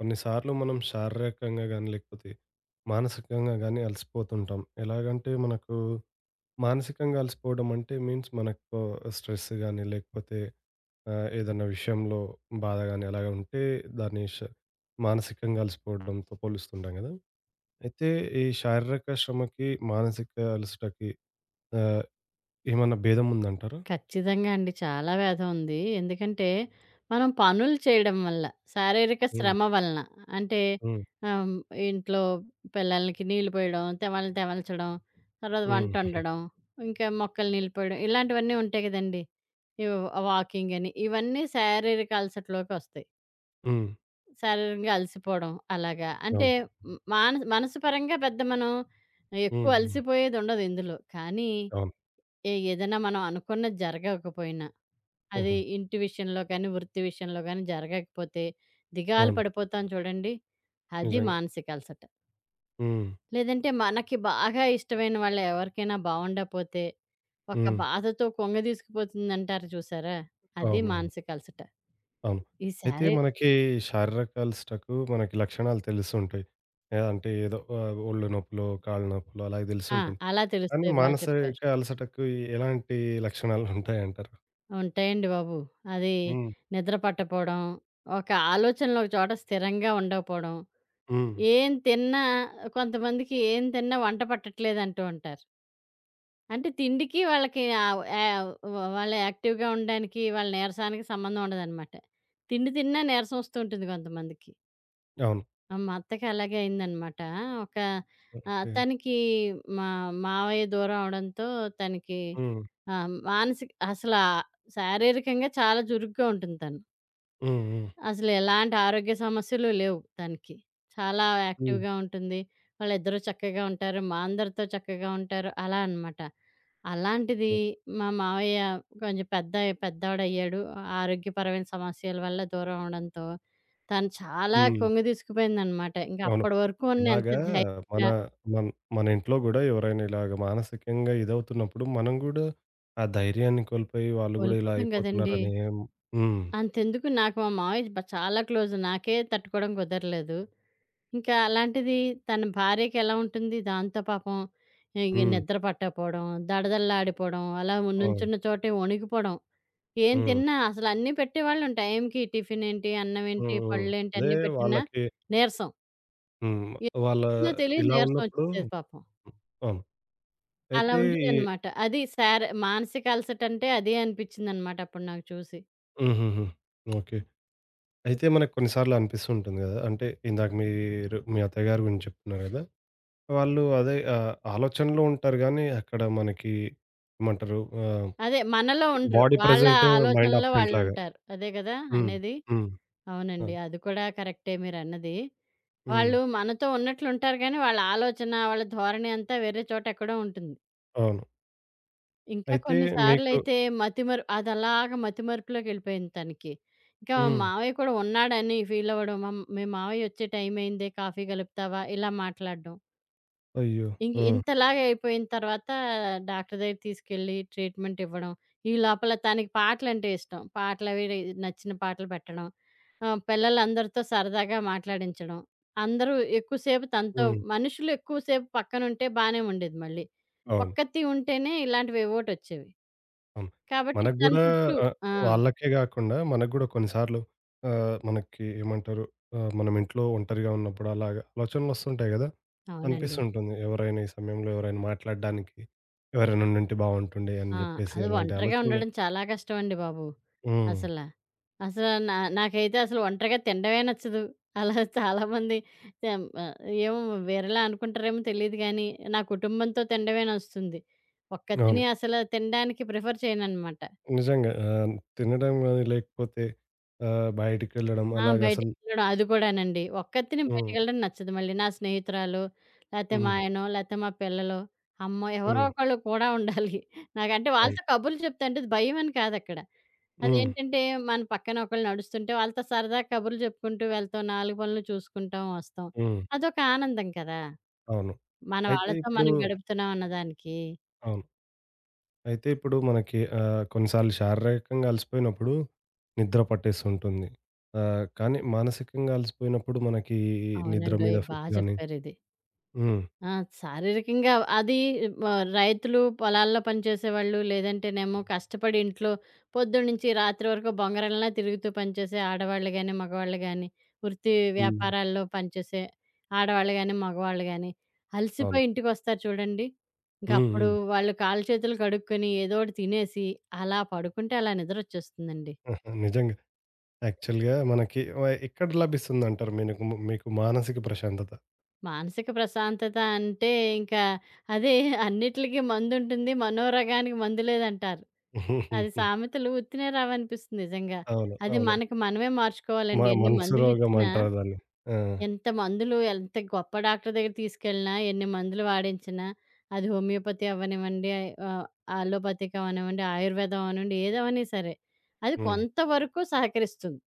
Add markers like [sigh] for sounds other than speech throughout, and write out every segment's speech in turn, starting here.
కొన్నిసార్లు మనం శారీరకంగా గానీ, లేకపోతే మానసికంగా గానీ అలసిపోతుంటాం. ఎలాగంటే మనకు మానసికంగా అలసిపోవడం అంటే మీన్స్ మనకు స్ట్రెస్ గానీ, లేకపోతే ఏదన్నా విషయంలో బాధ గానీ అలాగ ఉంటే దాన్ని మానసికంగా అలసిపోవడంతో పోలుస్తుంటాం గదా! అయితే ఈ శారీరక శ్రమకి, మానసిక అలసటకి ఆహ్, ఏమన్నా భేదం ఉందంటారా? ఖచ్చితంగా అండి. చాలా వ్యాధి ఉంది. ఎందుకంటే, మనం పనులు చేయడం వల్ల, శారీరక హ్మ్. శ్రమ వలన అంటే హ్మ్. ఆహ్, హ్మ్, ఇంట్లో పిల్లలకి నీళ్ళు పోయడం, తెవలలు తెవల్చడం, తర్వాత హ్మ్. వంటొండడం, ఇంకా మొక్కలు నీళ్ళు పోయడం, ఇలాంటివన్నీ ఉంటాయి కదండీ! ఇవ్ వాకింగ్ అని ఇవన్నీ శారీరక అలసటలోకొస్తాయి. హ్మ్. శారీరకంగా అలసిపోవడం అలాగా. అంటే అవును. హ్మ్, మానస్ మనసు పరంగా పెద్ద మనం ఎక్కువ హ్మ్. హ్మ్. అలసిపోయేదుండదు ఇందులో. కానీ అవును. ఏదైనా మనం అనుకున్నది జరగకపోయినా అది హుహు. ఇంటి విషయంలో కానీ, వృత్తి విషయంలో గానీ జరగకపోతే దిగాలు అవును. పడిపోతాం చూడండి. అది నిజంగా. మానసిక అలసట. హ్మ్. లేదంటే మనకి బాగా ఇష్టమైన వాళ్ళు ఎవరికైనా బావుండపోతే, ఒక హ్మ్. బాధతో కుంగదీసుకుపోతుందంటారు చూసారా? అది అవునవును. అవును. మానసిక అలసట. అవును. ఈ అయితే శారీ మనకి శారీరక అలసటకు మనకి లక్షణాలు తెలుస్తుంటాయి. యాహ్! అంటే ఏదో ఒళ్ళు నొప్పులో, కాళ్ళు నొప్పులో అలాగే ఆ! తెలుస్తుంటుంది. అలా కానీ తెలుస్తాయి. బా చెప్పారు. మానసిక అలసటకు ఎలాంటి లక్షణాలు ఉంటాయంటారు? ఉంటాయండి బాబు. అది హ్మ్. నిద్ర పట్టపోవడం, ఒక ఆలోచనలు ఒక చోట స్థిరంగా ఉండకపోవడం, హ్మ్. ఏం తిన్నా కొంతమందికి ఏం తిన్నా వంట పట్టట్లేదంటూ ఉంటారు. అంటే తిండికి వాళ్ళకి ఆహ్, ఆహ్, వ వాళ్ళు యాక్టివ్‌గా ఉండడానికి, వాళ్ళ నీరసానికి సంబంధం ఉండదనమాట. తిండి తిన్నా నీరసం వస్తూ ఉంటుంది కొంతమందికి. అవును. మా అత్తకి అలాగే అయిందనమాట. ఒక ఆహ్, ఓకే. తనకి మా మావయ్య దూరం అవడంతో తనకి హ్మ్. ఆహ్, మానసిక అసలా శారీరకంగా చాలా చురుగ్గా ఉంటుంది తను. హ్మ్. హ్మ్. అసలెలాంటి ఆరోగ్య సమస్యలు లేవు తనకి. చాలా హ్మ్. యాక్టివ్‌గా ఉంటుంది. వాళ్ళిద్దరూ చక్కగా ఉంటారు. మా అందరితో చక్కగా ఉంటారు. అలా అనమాట. అలాంటిది ఓకే. మా మావయ్య కొంచెం పెద్దోడయ్యాడు. ఆరోగ్యపరమైన సమస్యల వల్ల దూరం అవ్వడంతో తను చాలా హ్మ్. కుంగదీసుకుపోయిందనమాట. ఇంక అవును. అప్పటి వరకు ఉన్న ఎంత ఇలాగా మన ధైర్యంగా మన మన ఇంట్లో గూడా ఎవరైనా ఇలాగ మానసికంగా ఇదవుతున్నప్పుడు మనం గూడా ఆ ధైర్యాన్ని కోల్పోయి వాళ్ళు గూడా ఇలా కోల్పోతాం గదండీ! అయిపోతున్నారని హ్మ్. అంతెందుకు నాకు మా మావయ్య చాలా క్లోజ్. నాకే తట్టుకోవడం కుదరలేదు. ఇంకా అలాంటిది తన భార్యకెలా ఉంటుంది? దాంతో పాపం ఇంగ హ్మ్. నిద్ర పట్టకపోవడం, దడదడలాడిపోవడం, అలా అవును. నుంచున్న చోటే వణికిపోవడం. ఏం హ్మ్. తిన్నా అసలు అన్నీ పెట్టేవాళ్ళం టైంకి. టిఫిన్ ఏంటి, అన్నం హ్మ్. ఏంటి, హ్మ్. పళ్ళేంటి అదే అన్నీ పెట్టినా వాళ్ళకి నీరసం. హ్మ్. వాళ్ళ ఏందో తెలియదు ఇలా నీరసం ఉన్నప్పుడు వచ్చేసేది పాపం. అవును. అలా అయితే ఈ ఉండేదనమాట. అది శార మానసిక అలసటంటే అదే అనిపించిందనమాట అప్పుడు నాకు చూసి. హుహుహు. ఓకే. అయితే మనకు కొన్ని సార్లు అనిపిస్తూ ఉంటుంది గదా! అంటే ఇందాక మీరు మీ అత్తయ్యగారి గురించి చెప్తున్నారు గదా! వాళ్ళు అదే ఆలోచనలో ఉంటారు గానీ, అక్కడ మనకి ఏమంటారు ఆహ్, అదే మనలో ఉండరు. బాడీ వాళ్ళ ప్రెజెంట్, మైండ్ ఆలోచనలో అబ్సెంట్ లాగా. వాళ్ళుంటారు. అదే గదా! హ్మ్. అనేది. హ్మ్. అవునండి. అవును. అది కూడా కరెక్టే మీరన్నది. హ్మ్. వాళ్ళు మనతో ఉన్నట్లుంటారు గానీ, వాళ్ళ ఆలోచన, వాళ్ళ ధోరణి అంతా వేరే చోట ఎక్కడో ఉంటుంది. అవును. ఇంకా అయితే కొన్ని మీకు సార్లయితే మతిమరుపులోకెళ్ళిపోయింది తనకి. ఇంకా మా హ్మ్. మావయ్య కూడా ఉన్నాడని ఫీలవ్వడం. "మీ మావయ్య ఒచ్చే టైమయిందే కాఫీ కలుపుతావా?" ఇలా మాట్లాడడం. అయ్యో! ఇంక ఆ! ఇంతలాగా అయిపోయిన తర్వాత డాక్టర్ దగ్గరికి తీసుకెళ్ళి ట్రీట్మెంట్ ఇవ్వడం. ఈ లోపల తనకి పాటలంటే ఇష్టం. పాటలవి రి నచ్చిన పాటలు పెట్టడం. పిల్లలందరితో సరదాగా మాట్లాడించడం. అందరూ ఎక్కువ సేపు తనతో హ్మ్. మనుషులు ఎక్కువ సేపు పక్కనుంటే బానే ఉండేది మళ్ళీ. అవును. ఒక్కతి ఉంటేనే ఇలాంటివేవోటొచ్చేవి. అవును. కాబట్టి మనకు తన గూడా చుట్టూ ఆహ్, ఆ! వాళ్ళకే గాకుండా మనకు గూడా కొన్నిసార్లు మనకి ఏమంటారు మనం ఇంట్లో ఒంటరిగా ఉన్నప్పుడు అలాగా ఆలోచనలొస్తుంటాయి గదా! అవునండి. అనిపిస్తుంటుంది. ఎవరైనా ఈ సమయంలో ఎవరైనా మాట్లాడడానికి ఎవరైనా ఉండుంటే బావుంటుండే అని ఆ! జెప్పేసి అది అలాంటి ఒంటరిగా ఆలోచనలు ఉండడం చాలా కష్టమండి బాబు. హ్మ్. అసల. అసల నా నాకైతే అసలు ఒంటరిగా తినడమే నచ్చదు. అలా చాలామంది తం ఆహ్, ఏమో వేరేలా అనుకుంటారేమో తెలీదు గానీ, నా కుటుంబంతో తినడమే నచ్చుతుంది. ఒక్కతిని అవును. అసలు తినడానికి ప్రిఫర్ చేయననమాట. నిజంగా తినడం గాని లేకపోతే బయటికెళ్ళడం ఆ! అలాగసలు బయటికెళ్ళడం అది కూడానండి. ఒక్కతిని హ్మ్. బయటికెళ్ళడం నచ్చదు మళ్ళీ. నా స్నేహితురాలో, లేతే మా హ్మ్. హ్మ్. ఆయనో, లేతే మా పిల్లలో, అమ్మో! ఎవరో హ్మ్. ఒకళ్ళు కూడా ఉండాలి. నాకంటే అవును. వాళ్ళతో కబుర్లు చెప్తా అంటే భయమని కాదక్కడ. హ్మ్. అదేంటంటే, మన పక్కన ఒకళ్ళు నడుస్తుంటే వాళ్ళతో సరదా కబుర్లు చెప్పుకుంటూ వెళ్తాం. నాలుగు పనులు చూసుకుంటాం, వస్తాం. హ్మ్. అదొక ఆనందం కదా! అవును. మన అయితే వాళ్ళతో ఇప్పుడు మనం గడుపుతున్నాం అన్నదానికి. అవును. అయితే ఇప్పుడు మనకి కొన్నిసార్లు శారీరకంగా అలసిపోయినప్పుడు నిద్ర పట్టేస్తుంటుంది. కానీ మానసికంగా అలసిపోయినప్పుడు మనకి నిద్ర మీద అవునండోయ్! బా ఎఫెక్ట్ గాని చెప్పారిది. హ్మ్. ఆ! శారీరకంగా అది రైతులు పొలాల్లో పనిచేసేవాళ్ళు, లేదంటేనేమో కష్టపడి ఇంట్లో పొద్దున్నుంచి రాత్రి వరకు బొంగరంలా తిరుగుతూ పనిచేసే ఆడవాళ్ళు గాని, మగవాళ్ళు గాని, వృత్తి హ్మ్. వ్యాపారాల్లో పనిచేసే ఆడవాళ్ళు గాని, మగవాళ్ళు గాని, అవును. అలసిపోయి ఇంటికొస్తారు చూడండి. హ్మ్. ఇంకప్పుడు హ్మ్. వాళ్ళు కాళ్ళు చేతులు కడుక్కొని ఏదోకటి తినేసి, అలా పడుకుంటే అలా నిద్రొచ్చేస్తుందండి. నిజంగా. యాక్చువల్‌గా మనకి ఎక్కడ లభిస్తుందంటారు మీకు మీకు మానసిక ప్రశాంతత? మానసిక ప్రశాంతత అంటే ఇంకా అదే అన్నిట్లికి మందుంటుంది. మనోరగానికి మందు లేదంటారు. అది ఉహుహుహు. సామెతలు ఉత్తినే రావనిపిస్తుంది నిజంగా. అవును. అది అవును. మనకి మనమే మార్చుకోవాలండి. ఎన్ని మనసు రోగం మందులిచ్చినా, అంటారు దాన్ని. ఆ! ఎంత మందులు ఎంత గొప్ప డాక్టర్ దగ్గర తీసుకెళ్ళినా, ఎన్ని మందులు వాడించినా, అది హోమియోపతి అవ్వనివ్వండి, ఆహ్, అలోపతిక్ అవనివ్వండి, ఆయుర్వేదం అవనివ్వండి, ఏదవని సరే. అది హ్మ్. కొంతవరకు సహకరిస్తుంది.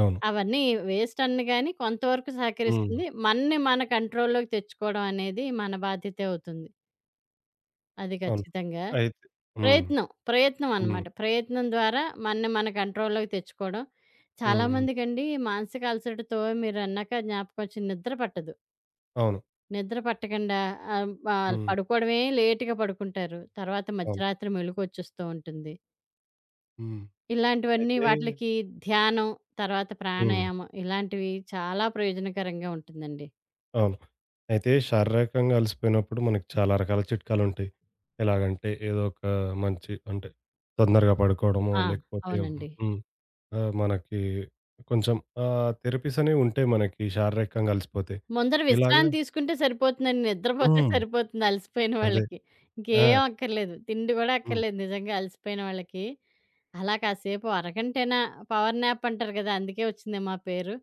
అవును. అవన్నీ వేస్ట్ అనను గాని కొంతవరకు హ్మ్. సహకరిస్తుంది. మనని మన కంట్రోల్‌లోకి తెచ్చుకోవడం అనేది మన బాధ్యతే అవుతుంది. అది అవును. ఖచ్చితంగా. అయితే హ్మ్. ప్రయత్నం హ్మ్. అనమాట. ప్రయత్నం ద్వారా మనని మన కంట్రోల్‌లోకి తెచ్చుకోవడం. హ్మ్. చాలా హ్మ్. మందికండి మానసిక అలసటతో మీరన్నాక జ్ఞాపకం వచ్చింది. నిద్ర పట్టదు. అవును. నిద్ర పట్టకుండా ఆహ్, ఆహ్, హ్మ్. పడుకోవడమే లేట్‌గా పడుకుంటారు. తర్వాత అవును. మధ్యరాత్రి మెలుకువొచ్చేస్తూ ఉంటుంది. హ్మ్. ఇలాంటివన్నీ అయితే వాటిలకి ధ్యానం, తర్వాత హ్మ్. ప్రాణాయామం ఇలాంటివి చాలా ప్రయోజనకరంగా ఉంటుందండి. అవును. అయితే శారీరకంగా అలసిపోయినప్పుడు మనకి చాలా రకాల చిట్కాలుంటాయి. ఎలాగంటే ఏదో ఒక మంచి అంటే తొందరగా పడుకోవడమో ఆ! లేకపోతే అవునండి. హ్మ్. మనకి కొంచెం థెరపీస్ అనేవి ఉంటాయి మనకి శారీరకంగా అలసిపోతే. ముందర ఇలాగా విశ్రాంతి తీసుకుంటే సరిపోతుందండి. నిద్రపోతే హ్మ్. సరిపోతుంది అలసిపోయిన అదే. వాళ్ళకి. ఆ! ఇంకేం అక్కర్లేదు. తిండి గూడా హ్మ్. అక్కర్లేదు నిజంగా అలసిపోయిన వాళ్ళకి. అలా కాసేపు అరగంటైనా పవర్ న్యాప్ అంటారు గదా! అందుకే వచ్చిందేమో ఆ పేరు.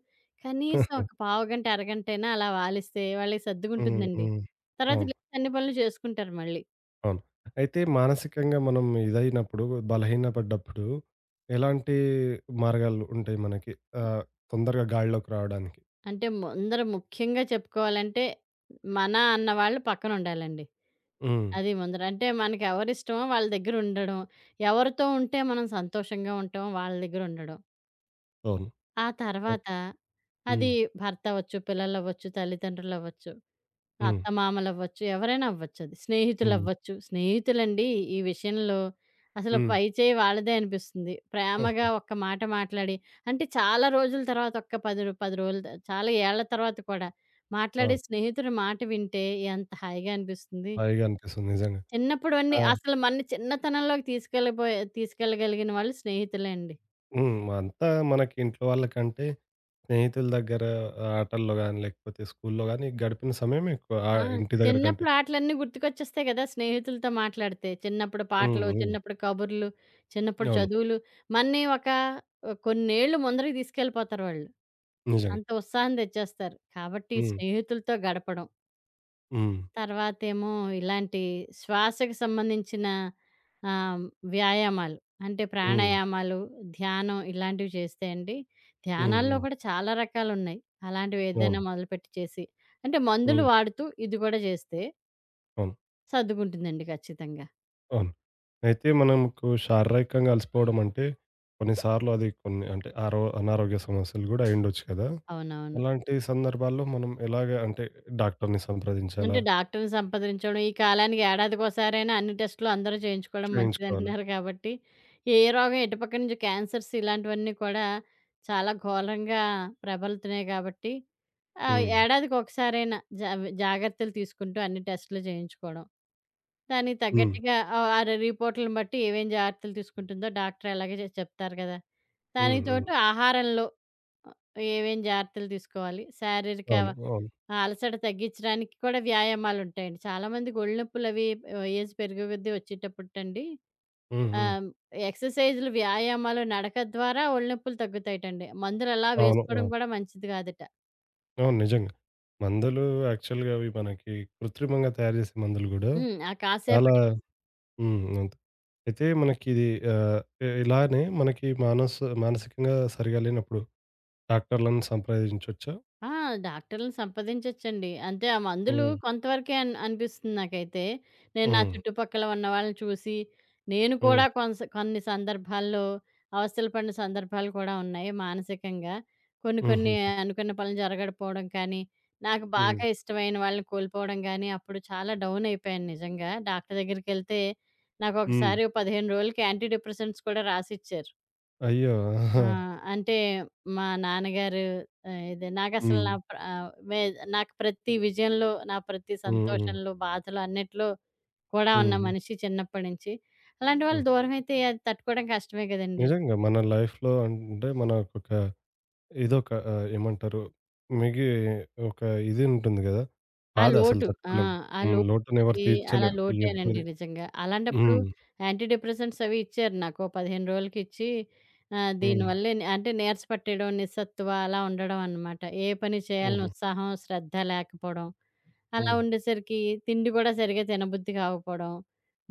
కనీసం ఒక [laughs] పావుగంట, అరగంటైనా అలా వాలిస్తే వాళ్ళకి హ్మ్. సర్దుకుంటుందండి. హ్మ్. తర్వాత అవును. లేచి అన్ని పనులు చేసుకుంటారు మళ్ళీ. అవును. అయితే మానసికంగా మనం ఇదైనప్పుడు బలహీనపడ్డప్పుడు ఎలాంటి మార్గాలు ఉంటాయి మనకి ఆహ్, తొందరగా గాడిలోకి రావడానికి? అంటే ముందర ముఖ్యంగా చెప్పుకోవాలంటే మన అన్నవాళ్ళు పక్కనుండాలండి. హ్మ్. అది ముందర. అంటే మనకెవరిష్టమో వాళ్ళ దగ్గరుండడం. ఎవరితో ఉంటే మనం సంతోషంగా ఉంటామో వాళ్ళ దగ్గరుండడం. అవును. ఆ అయి తర్వాత అది హ్మ్. భర్త అవ్వచ్చు, పిల్లలవ్వచ్చు, తల్లిదండ్రులవ్వచ్చు, హ్మ్. అత్తమామలవ్వచ్చు, ఎవరైనా అవ్వచ్చది. హ్మ్. స్నేహితులవ్వచ్చు. స్నేహితులండి ఈ విషయంలో అసలు హ్మ్. పై చేయి వాళ్ళదే అనిపిస్తుంది. ప్రేమగా [laughs] ఒక్క మాట మాట్లాడి అంటే చాలా రోజుల తర్వాత ఒక్క 10 రో 10 రోజులు చాలా ఏళ్ల తర్వాత కూడా మాట్లాడే అవును. స్నేహితుడి మాట వింటే ఎంత హాయిగా అనిపిస్తుంది. హాయిగా అనిపిస్తుంది నిజంగా. చిన్నప్పుడు అన్నీ ఆ! అసలు మనని చిన్నతనంలోకి తీసుకెళ్ళగలిగిన వాళ్ళు స్నేహితులే అండి. హ్మ్. అంతా మనకి ఇంట్లో వాళ్ళకంటే స్నేహితుల దగ్గర ఆటల్లో గాని, లేకపోతే స్కూల్లో గాని గడిపిన సమయం ఎక్కువ, ఆ! ఇంటి దగ్గర కంటే. చిన్నప్పుడు ఆటలన్నీ గుర్తుకొచ్చేస్తాయి గదా! స్నేహితులతో మాట్లాడితే. చిన్నప్పుడు హ్మ్. పాటలు, హ్మ్. చిన్నప్పుడు కబుర్లు, చిన్నప్పుడు అవును. చదువులు. మనని ఒక కొన్నేళ్ళు ముందరకి తీసుకెళ్ళిపోతారు వాళ్ళు. నిజంగా. అంత ఉత్సాహం తెచ్చేస్తారు. కాబట్టి హ్మ్. స్నేహితులతో గడపడం హ్మ్. తర్వాతేమో ఇలాంటి శ్వాసకు సంబంధించిన ఆహ్, వ్యాయామాలు. అంటే హ్మ్. ప్రాణాయామాలు, ధ్యానం ఇలాంటివి చేస్తే అండి హ్మ్. ధ్యానాల్లో హ్మ్. కూడా చాలా రకాలున్నాయి. అలాంటివి ఏదైనా అవును. మొదలుపెట్టి చేసి అంటే మందులు హ్మ్. వాడుతూ ఇది కూడా చేస్తే అవును. సర్దుకుంటుందండి ఖచ్చితంగా. అవును. అయితే మనకు శారీరకంగా అలసిపోవడం అంటే కొన్నిసార్లు అది కొన్ని అంటే అనారోగ్య సమస్యలు గూడా అయ్యుండొచ్చు కదా! అవునవును. అలాంటి సందర్భాల్లో మనం ఎలాగ అంటే డాక్టర్‌ని అంటే సంప్రదించాలా? డాక్టర్‌ని సంప్రదించడం, ఈ కాలానికి ఏడాదికోసారైనా అన్ని టెస్టులు అందరూ చేయించుకోవడం చేయించుకోవాలి. మంచిదంటున్నారు కాబట్టి, ఏ రోగం ఎటుపక్క నుంచి క్యాన్సర్స్ ఇలాంటివన్నీ కూడా చాలా ఘోరంగా ప్రబలుతున్నాయి కాబట్టి ఆ! హ్మ్. ఏడాదికొకసారైనా జాగ్రత్తలు తీసుకుంటూ అన్ని టెస్టులు చేయించుకోవడం. దానికి హ్మ్. తగ్గట్టుగా ఆహ్, ఆ రిపోర్ట్‌లను బట్టి ఏమేం జాగ్రత్తలు తీసుకుంటుందో డాక్టర్ అలాగే చెప్తారు కదా! హ్మ్. దానికి హ్మ్. తోడు ఆహారంలో ఏమేం జాగ్రత్తలు తీసుకోవాలి, శారీరక అవును. అవును. అలసట తగ్గించడానికి కూడా వ్యాయామాలుంటాయండి. చాలామందికి ఒళ్ళు నొప్పులవి ఏజ్ పెరిగే కొద్దీ వచ్చేటప్పుటండి హ్మ్. హ్మ్. ఆహ్, ఎక్సర్‌సైజులు, వ్యాయామాలు, నడక ద్వారా ఒళ్ళు నొప్పులు తగ్గుతాయటండి. మందులలా అవును. వేసుకోవడం అవును. కూడా మంచిది కాదట. అవును. నిజంగా. మందులు యాక్చువల్‌గా అవి మనకి కృత్రిమంగా తయారు చేసే మందులు గూడా హ్మ్. ఆ చాలా కాసేపటికి. హ్మ్. అంతే. అయితే మనకి ఇది ఇలానే మనకి మానసికంగా సరిగా లేనప్పుడు డాక్టర్‌లను సంప్రదించొచ్చా? ఆ! డాక్టర్‌లని సంప్రదించొచ్చండి. అంటే ఆ మందులు హ్మ్. కొంతవరకే అనిపిస్తుంది నాకైతే. నేను నా హ్మ్. చుట్టుపక్కల ఉన్న వాళ్ళని చూసి, నేను కూడా హ్మ్. కొన్ని సందర్భాల్లో అవస్థలు పడిన సందర్భాలు కూడా ఉన్నాయి మానసికంగా. కొన్ని కొన్ని హుహు. అనుకున్న పనులు జరగకపోవడం కానీ, నాకు హ్మ్. బాగా ఇష్టమైన వాళ్ళని కోల్పోవడం గానీ, అప్పుడు చాలా డౌన్ అయిపోయాను నిజంగా. డాక్టర్ దగ్గరికెళ్తే హ్మ్. నాకొకసారి 15 రోజులకి యాంటీ డిప్రెసెంట్స్ కూడా రాసిచ్చారు. అయ్యో! ఆ! ఆహా! అంటే మా నాన్నగారు ఆహ్, ఇది నాకసలు హ్మ్. నా ప్ర ఆహ్, మే నాకు ప్రతి విజయంలో, నా ప్రతి హ్మ్. హ్మ్. సంతోషంలో, బాధలో అన్నిట్లో కూడా ఉన్న హుహు. మనిషి చిన్నప్పటి నుంచి. అలాంటి వాళ్ళు ఓకే. దూరమైతే అది తట్టుకోవడం కష్టమే కదండీ! నిజంగా మన లైఫ్‌లో అంటే మనకొక ఇదొక ఏమంటారు? మిగి ఒక ఇది ఉంటుంది గదా! ఆ బాధ అసలు లోటు ఆ! తట్టుకోలేం. ఆ హ్మ్. లోటునెవరు లోటది అలా తీర్చలేరు. లోటేనండి ఎవ్వరిది. నిజంగా. అలాంటప్పుడు హ్మ్. యాంటీ డిప్రెసెంట్స్ అవి ఇచ్చారు నాకు. ఓ 15 రోజులకిచ్చి హ్మ్. దీనివల్లే అంటే నీరస పట్టేయడం, నిస్సత్తువ అలా ఉండడం అనమాట. ఏ పని చేయాలని హుహు. ఉత్సాహం, శ్రద్ధ లేకపోవడం. అలా హ్మ్. ఉండేసరికి తిండి గూడా సరిగ్గా తినబుద్ధి కాకపోవడం,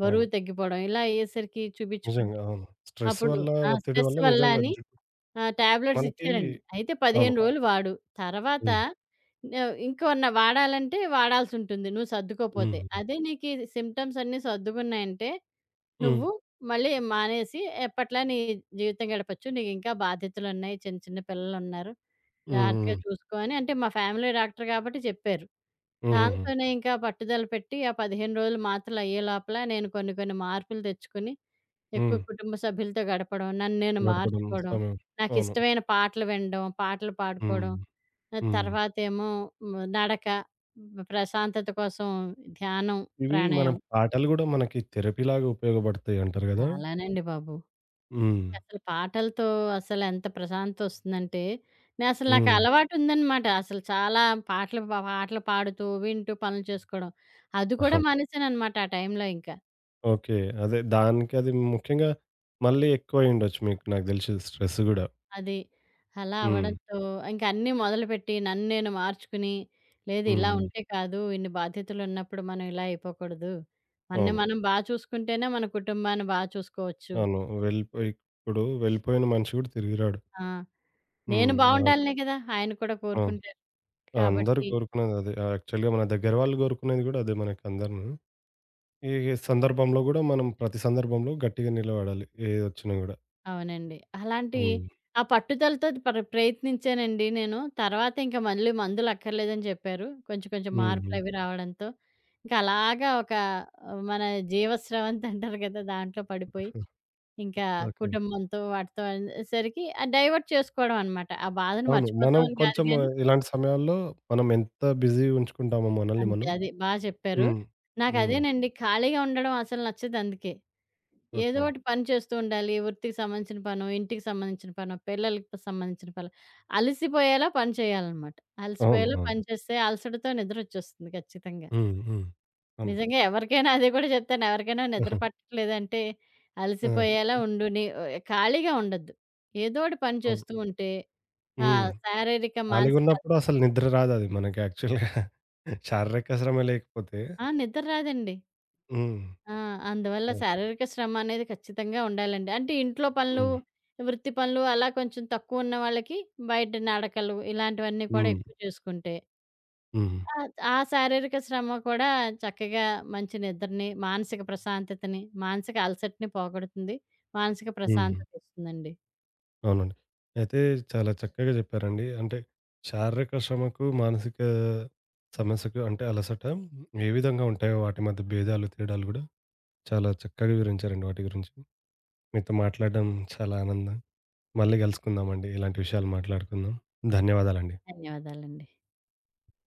బరువు అవును. తగ్గిపోవడం ఇలా అయ్యేసరికి చూపించుకుంటే నిజంగా. అవును. స్ట్రెస్ అప్పుడు వల్ల, ఆ! ఒత్తిడి స్ట్రెస్ వల్ల వల్ల నిజంగా అని జుట్టు టాబ్లెట్స్ మనకి ఇచ్చారండి. అయితే 15 అవును. అవును. రోజులు వాడు. తర్వాత హ్మ్. వాడాలంటే వాడాల్సుంటుంది నువ్వు హ్మ్. సర్దుకోపోతే. హ్మ్. అదే నీకీ సిమ్టమ్స్ అన్నీ సర్దుకున్నాయంటే హ్మ్. నువ్వు మళ్ళీ మానేసి ఎప్పట్లా నీ జీవితం గడపొచ్చు. నీకింకా బాధ్యతలున్నాయి. చిన్న చిన్న పిల్లలున్నారు. హ్మ్. జాగ్రత్తగా చూసుకో అని అంటే మా ఫ్యామిలీ డాక్టర్ కాబట్టి చెప్పారు. హుహుహు. దాంతోనే ఇంకా పట్టుదల పెట్టి ఆ 15 రోజులు మాత్రలు అయ్యే లోపల నేను కొన్ని కొన్ని మార్పులు తెచ్చుకొని ఎక్కువ హ్మ్. కుటుంబ సభ్యులతో గడపడం, నన్ను నేను గడపడం మార్చుకోవడం, సమయం. అవును. నాకిష్టమైన పాటలు వినడం, పాటలు హ్మ్. పాడుకోవడం, హ్మ్. తర్వాతేమో నడక, ప్రశాంతత కోసం ధ్యానం, ఇవి మనం ప్రాణాయామం పాటలు గూడా మనకి థెరపీలాగా ఉపయోగపడతాయి అంటారు గదా! చాలానండి బాబు. హ్మ్. అసలు పాటలతో అసలెంత ప్రశాంతొస్తుందంటే, నేనసలు నాకు హ్మ్. అలవాటుందనమాట. అసలు చాలా పాటలు పాడుతూ, వింటూ పనులు చేసుకోవడం. అది కూడా [laughs] మానేసాననమాట ఆ టైంలో ఇంక. ఓకే. అదే దానికది ముఖ్యంగా మళ్ళీ ఎక్కువయ్యుండొచ్చు మీకు, నాకు దెలిసి స్ట్రెస్ గూడా. అది. అలా హ్మ్. అవ్వడంతో ఇంక అన్నీ మొదలుపెట్టి నన్ను నేను మార్చుకుని, లేదు ఇలా హ్మ్. ఉంటే కాదు, ఇన్ని బాధ్యతలున్నప్పుడు మనం ఇలా అయిపోకూడదు. మనని అవును. మనం బా చూసుకుంటేనే మన కుటుంబాన్ని బా చూసుకోవచ్చు. అవును. వెళ్ళిపోయి ఇప్పుడు వెళ్ళిపోయిన మనిషి గూడా తిరిగి రాడు. ఆ! నేను హ్మ్. అలాంటి బావుండాలనే కదా! ఆయన కూడా అవును. కోరుకుంటారు. అందరూ కాబట్టి కోరుకునేదదే. యాక్చువల్‌గా మన దగ్గర వాళ్ళు కోరుకునేది గూడా అదే మనకందరము. ఈ సందర్భంలో గూడా మనం ప్రతి సందర్భంలో గట్టిగా నిలబడాలి. ఏదొచ్చినా గూడా. అవునండి. అలాంటి హ్మ్. ఆ పట్టుదలతో ప్రయత్నించానండి నేను. తర్వాత ఇంక మళ్ళీ మందులక్కర్లేదని చెప్పారు. కొంచెం కొంచెం హ్మ్. హ్మ్. మార్పులవి రావడంతో, ఇంకా అలాగా ఒక ఆ, మన జీవస్రవంతి అంటారు కదా! దాంట్లో పడిపోయి, ఇంకా హ్మ్. ఓకే. కుటుంబంతో వాటితో అనేసరికి డైవర్ట్ చేసుకోవడం అనమాట. ఆ బాధను అవును. మనం మర్చిపోతామని కాదు కొంచెం గానీ ఇలాంటి సమయాల్లో మనం ఎంత బిజీ ఉంచుకుంటామో మనల్ని అంతే. మనం అది బా చెప్పారు. హ్మ్. హ్మ్. నాకదేనండి ఖాళీగా ఉండడం అసలు నచ్చదు అందుకే. ఏదో ఓకే. ఒకటి పని చేస్తూ ఉండాలి. వృత్తికి సంబంధించిన పనో, ఇంటికి సంబంధించిన పనో, పిల్లలకి సంబంధించిన పనులు. అలసిపోయేలా పని చేయాలనమాట. అవును. అలసిపోయేలా అవును. పని చేస్తే అలసటతో నిద్రొచ్చేస్తుంది ఖచ్చితంగా. హ్మ్. హ్మ్. అవును. నిజంగా ఎవరికైనా అది కూడా చెప్తాను. ఎవరికైనా నిద్ర ఆహా! పట్టట్లేదంటే ఆ! అలసిపోయేలా ఉండు. ఖాళీగా ఉండొద్దు. ఏదో ఒకటి పని అవును. చేస్తూ ఉంటే ఆ హ్మ్. శారీరక, మానసిక ఖాళీగున్నప్పుడు అసలు అలసటకి నిద్ర రాదది మనకి యాక్చువల్‌గా. శారీరక శ్రమ లేకపోతే ఆ! నిద్ర రాదండి. హ్మ్. ఆ! అందువల్ల అవును. శారీరక శ్రమ అనేది ఖచ్చితంగా ఉండాలండి. అంటే ఇంట్లో పనులు, హ్మ్. వృత్తి పనులు అలా కొంచెం తక్కువున్న వాళ్ళకి బయట నడకలు ఇలాంటివన్నీ కూడా హ్మ్. ఎక్కువ చేసుకుంటే హ్మ్. ఆ! ఆ శారీరక శ్రమ కూడా చక్కగా మంచి నిద్రని, మానసిక ప్రశాంతతని, మానసిక అలసటని పోగొడుతుంది. మానసిక హ్మ్. ప్రశాంతత ఇస్తుందండి. అవునండి. అయితే చాలా చక్కగా చెప్పారండి. అంటే శారీరక శ్రమకు, మానసిక సమస్యకు అంటే అలసట ఏ విధంగా ఉంటాయో వాటి మధ్య భేదాలు, తేడాలు గూడా చాలా చక్కగా వివరించారండి వాటి గురించి. మీతో మాట్లాడడం చాలా ఆనందం. మళ్ళీ కలుసుకుందామండి. ఇలాంటి విషయాలు మాట్లాడుకుందాం. ధన్యవాదాలండి. ధన్యవాదాలండి.